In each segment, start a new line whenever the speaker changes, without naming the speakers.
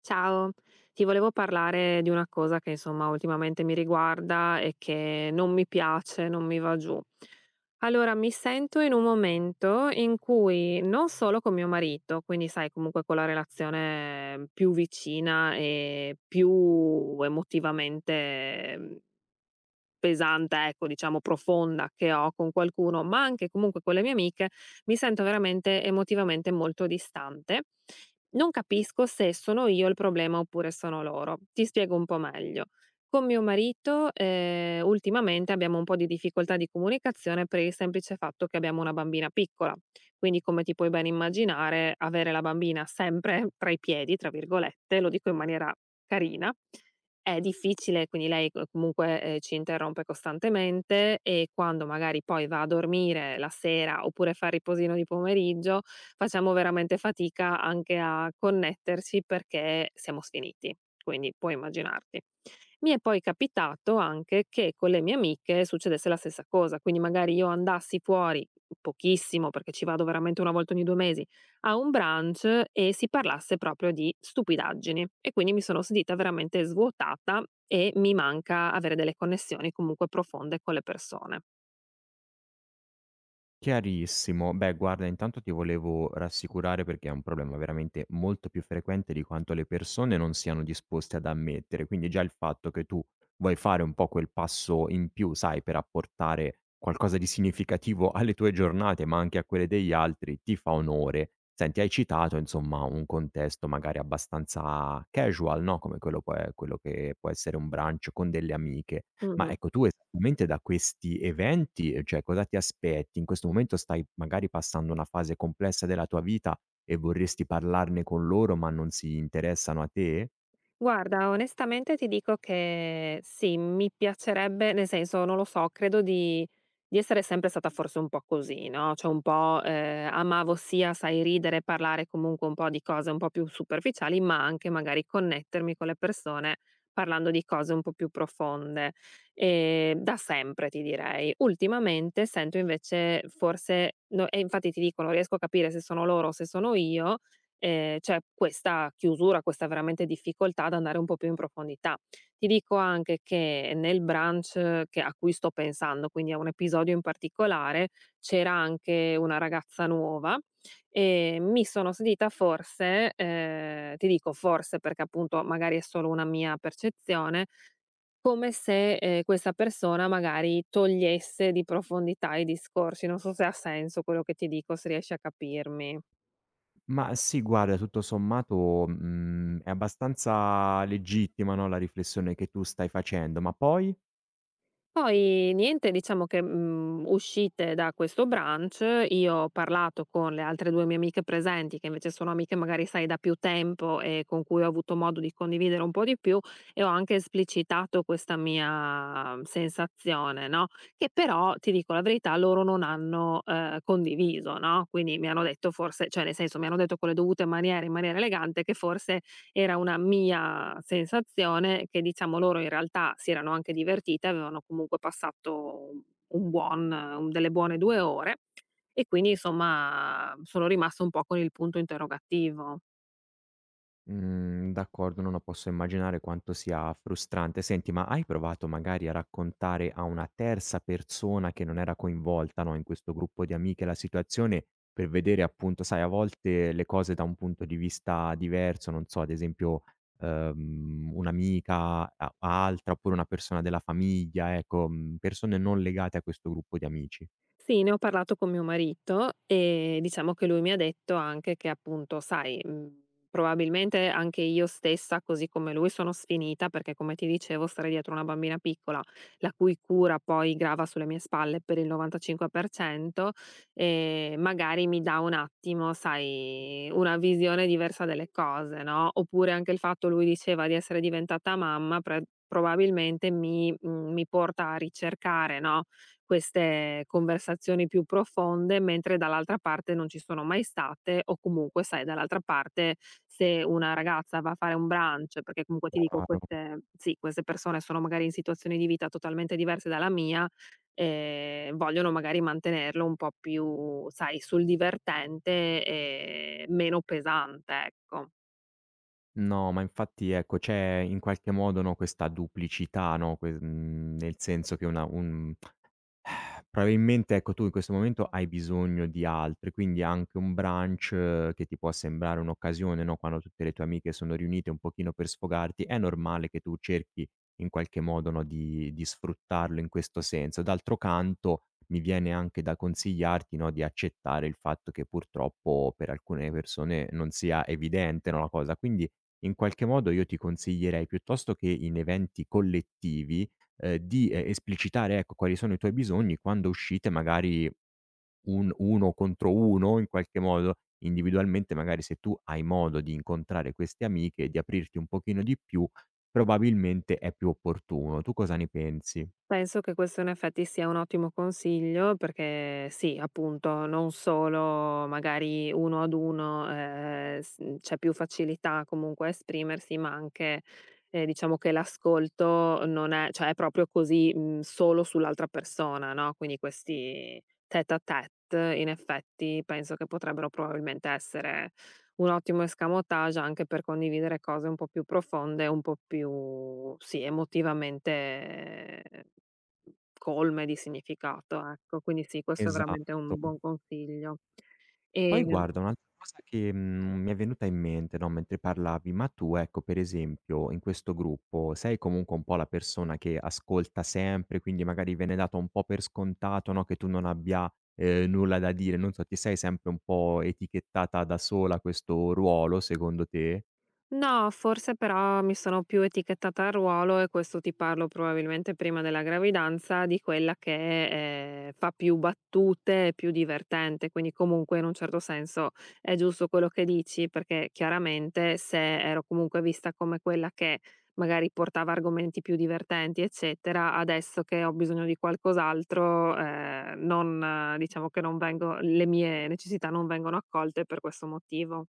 Ciao, ti volevo parlare di una cosa che insomma ultimamente mi riguarda e che non mi piace, non mi va giù. Allora, mi sento in un momento in cui non solo con mio marito, quindi sai comunque con la relazione più vicina e più emotivamente pesante, ecco, diciamo profonda che ho con qualcuno, ma anche comunque con le mie amiche, mi sento veramente emotivamente molto distante. Non capisco se sono io il problema oppure sono loro. Ti spiego un po' meglio. Con mio marito, ultimamente abbiamo un po' di difficoltà di comunicazione per il semplice fatto che abbiamo una bambina piccola. Quindi, come ti puoi ben immaginare, avere la bambina sempre "tra i piedi", tra virgolette, lo dico in maniera carina, è difficile, quindi lei co comunque, ci interrompe costantemente e quando magari poi va a dormire la sera, oppure fa il riposino di pomeriggio, facciamo veramente fatica anche a connetterci perché siamo sfiniti, quindi puoi immaginarti. Mi è poi capitato anche che con le mie amiche succedesse la stessa cosa, quindi magari io andassi fuori pochissimo, perché ci vado veramente una volta ogni due mesi, a un brunch e si parlasse proprio di stupidaggini e quindi mi sono sentita veramente svuotata e mi manca avere delle connessioni comunque profonde con le persone.
Chiarissimo. Beh, guarda, intanto ti volevo rassicurare perché è un problema veramente molto più frequente di quanto le persone non siano disposte ad ammettere. Quindi già il fatto che tu vuoi fare un po' quel passo in più, sai, per apportare qualcosa di significativo alle tue giornate, ma anche a quelle degli altri, ti fa onore. Senti, hai citato, insomma, un contesto magari abbastanza casual, no, come quello può e quello che può essere un brunch con delle amiche. Ma
Mhm.
ecco, tu esattamente da questi eventi, cioè cosa ti aspetti? In questo momento stai magari passando una fase complessa della tua vita e vorresti parlarne con loro, ma non si interessano a te?
Guarda, onestamente ti dico che sì, mi piacerebbe, nel senso, non lo so, di essere sempre stata forse un po' così, no? Cioè un po' amavo sia, sai, ridere, parlare comunque un po' di cose un po' più superficiali, ma anche magari connettermi con le persone parlando di cose un po' più profonde. E da sempre, ti direi. Ultimamente sento invece forse, no, e infatti ti dico, non riesco a capire se sono loro o se sono io, c'è questa chiusura, questa veramente difficoltà ad andare un po' più in profondità. Ti dico anche che nel brunch che a cui sto pensando, quindi a un episodio in particolare, c'era anche una ragazza nuova e mi sono sentita forse, ti dico forse perché appunto magari è solo una mia percezione, come se, questa persona magari togliesse di profondità i discorsi. Non so se ha senso quello che ti dico, se riesci a capirmi.
Ma sì, guarda, tutto sommato, è abbastanza legittima, no, la riflessione che tu stai facendo, ma poi?
Poi niente, diciamo che, uscite da questo brunch, io ho parlato con le altre due mie amiche presenti, che invece sono amiche magari sai da più tempo e con cui ho avuto modo di condividere un po' di più, e ho anche esplicitato questa mia sensazione, no, che però, ti dico la verità, loro non hanno, condiviso, no, quindi mi hanno detto forse cioè nel senso mi hanno detto con le dovute maniere, in maniera elegante, che forse era una mia sensazione che diciamo loro in realtà si erano anche divertite, avevano comunque passato un delle buone due ore e quindi insomma sono rimasta un po' con il punto interrogativo.
Mhmm, d'accordo, no, no, posso immaginare quanto sia frustrante. Senti, ma hai provato magari a raccontare a una terza persona che non era coinvolta, no, in questo gruppo di amiche la situazione, per vedere appunto sai a volte le cose da un punto di vista diverso, non so ad esempio, un'amica a a altra, oppure una persona della famiglia, ecco, persone non legate a questo gruppo di amici.
Sì, ne ho parlato con mio marito e diciamo che lui mi ha detto anche che appunto, sai, probabilmente anche io stessa, così come lui, sono sfinita perché, come ti dicevo, stare dietro una bambina piccola, la cui cura poi grava sulle mie spalle per il 95%, magari mi dà un attimo, sai, una visione diversa delle cose, no, oppure anche il fatto lui diceva di essere diventata mamma pre probabilmente mi porta a ricercare, no, queste conversazioni più profonde, mentre dall'altra parte non ci sono mai state o comunque, sai, dall'altra parte se una ragazza va a fare un brunch, perché comunque ti dico
Chiaro.
queste sì, queste persone sono magari in situazioni di vita totalmente diverse dalla mia, vogliono magari mantenerlo un po' più, sai, sul divertente e meno pesante, ecco.
No, ma infatti ecco, c'è in qualche modo, no, questa duplicità, no, nel senso che una un probabilmente, ecco, tu in questo momento hai bisogno di altri, quindi anche un brunch che ti può sembrare un'occasione, no, quando tutte le tue amiche sono riunite un pochino per sfogarti, è normale che tu cerchi in qualche modo, no, di sfruttarlo in questo senso. D'altro canto, mi viene anche da consigliarti, no, di accettare il fatto che purtroppo per alcune persone non sia evidente, no, la cosa. Quindi in qualche modo io ti consiglierei piuttosto che in eventi collettivi di esplicitare, ecco, quali sono i tuoi bisogni quando uscite magari un uno contro uno in qualche modo, individualmente magari se tu hai modo di incontrare queste amiche e di aprirti un pochino di più, probabilmente è più opportuno. Tu cosa ne pensi?
Penso che questo in effetti sia un ottimo consiglio perché sì, appunto, non solo magari uno ad uno c'è più facilità comunque a esprimersi, ma anche diciamo che l'ascolto non è, cioè è proprio così solo sull'altra persona, no? Quindi questi tête à tête in effetti penso che potrebbero probabilmente essere un ottimo escamotage anche per condividere cose un po' più profonde, un po' più, sì, emotivamente eh, colme di significato, ecco. Quindi sì, questo è veramente un
Esatto.
buon consiglio.
E poi
E
guarda un'altra cosa che, mi è venuta in mente, no, mentre parlavi, ma tu ecco, per esempio, in questo gruppo sei comunque un po' la persona che ascolta sempre, quindi magari viene dato un po' per scontato, no, che tu non abbia, nulla da dire, non so, ti sei sempre un po' etichettata da sola questo ruolo secondo te?
no, forse però mi sono più etichettata a ruolo e questo ti parlo probabilmente prima della gravidanza, di quella che fa più battute, più divertente, quindi comunque in un certo senso è giusto quello che dici, perché chiaramente se ero comunque vista come quella che magari portava argomenti più divertenti, eccetera, adesso che ho bisogno di qualcos'altro, non, diciamo che non vengo, le mie necessità non vengono accolte per questo motivo.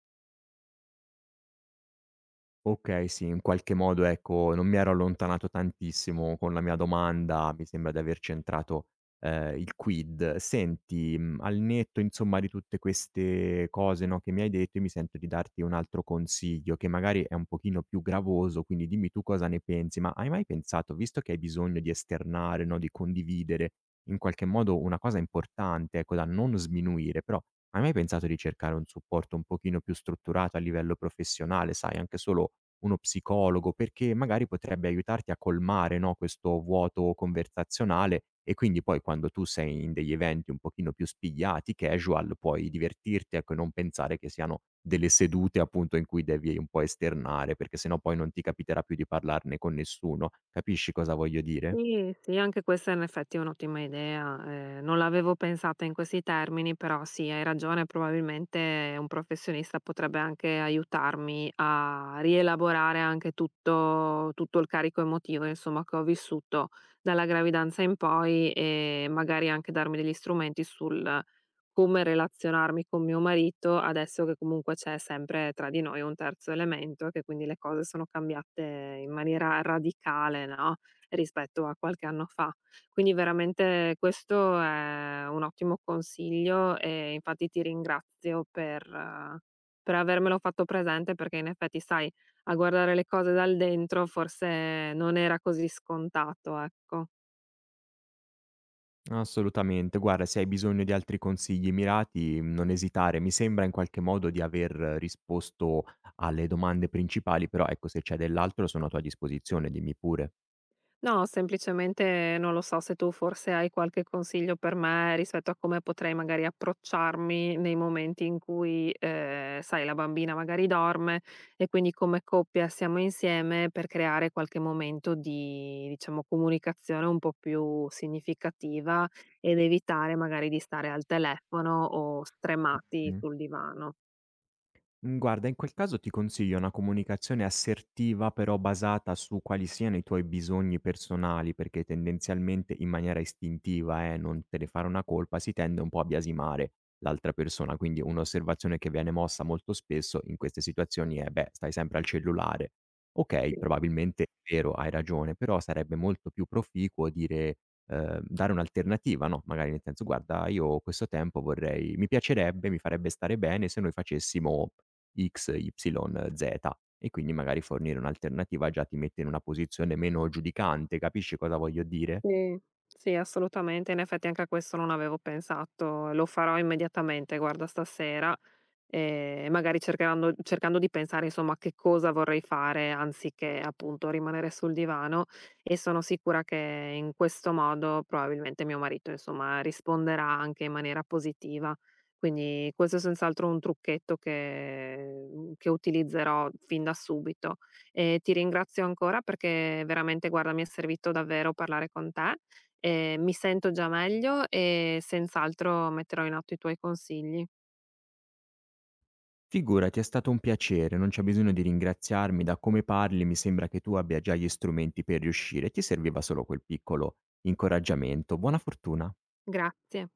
Okay, sì, in qualche modo ecco, non mi ero allontanato tantissimo con la mia domanda, mi sembra di aver centrato, il quid. Senti, al netto insomma di tutte queste cose, no, che mi hai detto, io mi sento di darti un altro consiglio che magari è un pochino più gravoso, quindi dimmi tu cosa ne pensi, ma hai mai pensato, visto che hai bisogno di esternare, no, di condividere in qualche modo una cosa importante, ecco, da non sminuire, però hai mai pensato di cercare un supporto un pochino più strutturato a livello professionale, sai, anche solo uno psicologo, perché magari potrebbe aiutarti a colmare, no, questo vuoto conversazionale e quindi poi quando tu sei in degli eventi un pochino più spigliati, casual, puoi divertirti, ecco, e non pensare che siano delle sedute appunto in cui devi un po' esternare, perché sennò poi non ti capiterà più di parlarne con nessuno. Capisci cosa voglio dire?
Sì, sì, anche questa in effetti è un'ottima idea. Non l'avevo pensata in questi termini, però sì, hai ragione, probabilmente un professionista potrebbe anche aiutarmi a rielaborare anche tutto il carico emotivo, insomma, che ho vissuto dalla gravidanza in poi e magari anche darmi degli strumenti sul come relazionarmi con mio marito adesso che comunque c'è sempre tra di noi un terzo elemento e che quindi le cose sono cambiate in maniera radicale, no, rispetto a qualche anno fa. Quindi veramente questo è un ottimo consiglio e infatti ti ringrazio per avermelo fatto presente perché in effetti, sai, a guardare le cose dal dentro forse non era così scontato, ecco.
Assolutamente. Guarda, se hai bisogno di altri consigli mirati, non esitare. Mi sembra in qualche modo di aver risposto alle domande principali, però ecco, se c'è dell'altro sono a tua disposizione, dimmi pure.
No, semplicemente non lo so se tu forse hai qualche consiglio per me rispetto a come potrei magari approcciarmi nei momenti in cui, sai, la bambina magari dorme e quindi come coppia siamo insieme per creare qualche momento di, diciamo, comunicazione un po' più significativa ed evitare magari di stare al telefono o stremati sul divano.
Mhmm, guarda, in quel caso ti consiglio una comunicazione assertiva, però basata su quali siano i tuoi bisogni personali, perché tendenzialmente in maniera istintiva, non te ne fare una colpa, si tende un po' a biasimare l'altra persona. Quindi un'osservazione che viene mossa molto spesso in queste situazioni è: "Beh, stai sempre al cellulare". Okay, probabilmente è vero, hai ragione, però sarebbe molto più proficuo dire dare un'alternativa, no, magari nel senso: "Guarda, io questo tempo vorrei mi piacerebbe, mi farebbe stare bene se noi facessimo" X, Y, Z e quindi magari fornire un'alternativa già ti mette in una posizione meno giudicante, capisci cosa voglio dire?
Sì. Sì, assolutamente. In effetti anche a questo non avevo pensato. Lo farò immediatamente, guarda, stasera. Magari cercheranno cercando di pensare insomma a che cosa vorrei fare anziché appunto rimanere sul divano e sono sicura che in questo modo probabilmente mio marito insomma risponderà anche in maniera positiva. Quindi questo è senz'altro un trucchetto che che utilizzerò fin da subito. E ti ringrazio ancora perché veramente guarda mi è servito davvero parlare con te, mi sento già meglio e senz'altro metterò in atto i tuoi consigli.
Figurati, è stato un piacere, non c'è bisogno di ringraziarmi, da come parli mi sembra che tu abbia già gli strumenti per riuscire, ti serviva solo quel piccolo incoraggiamento. Buona fortuna.
Grazie.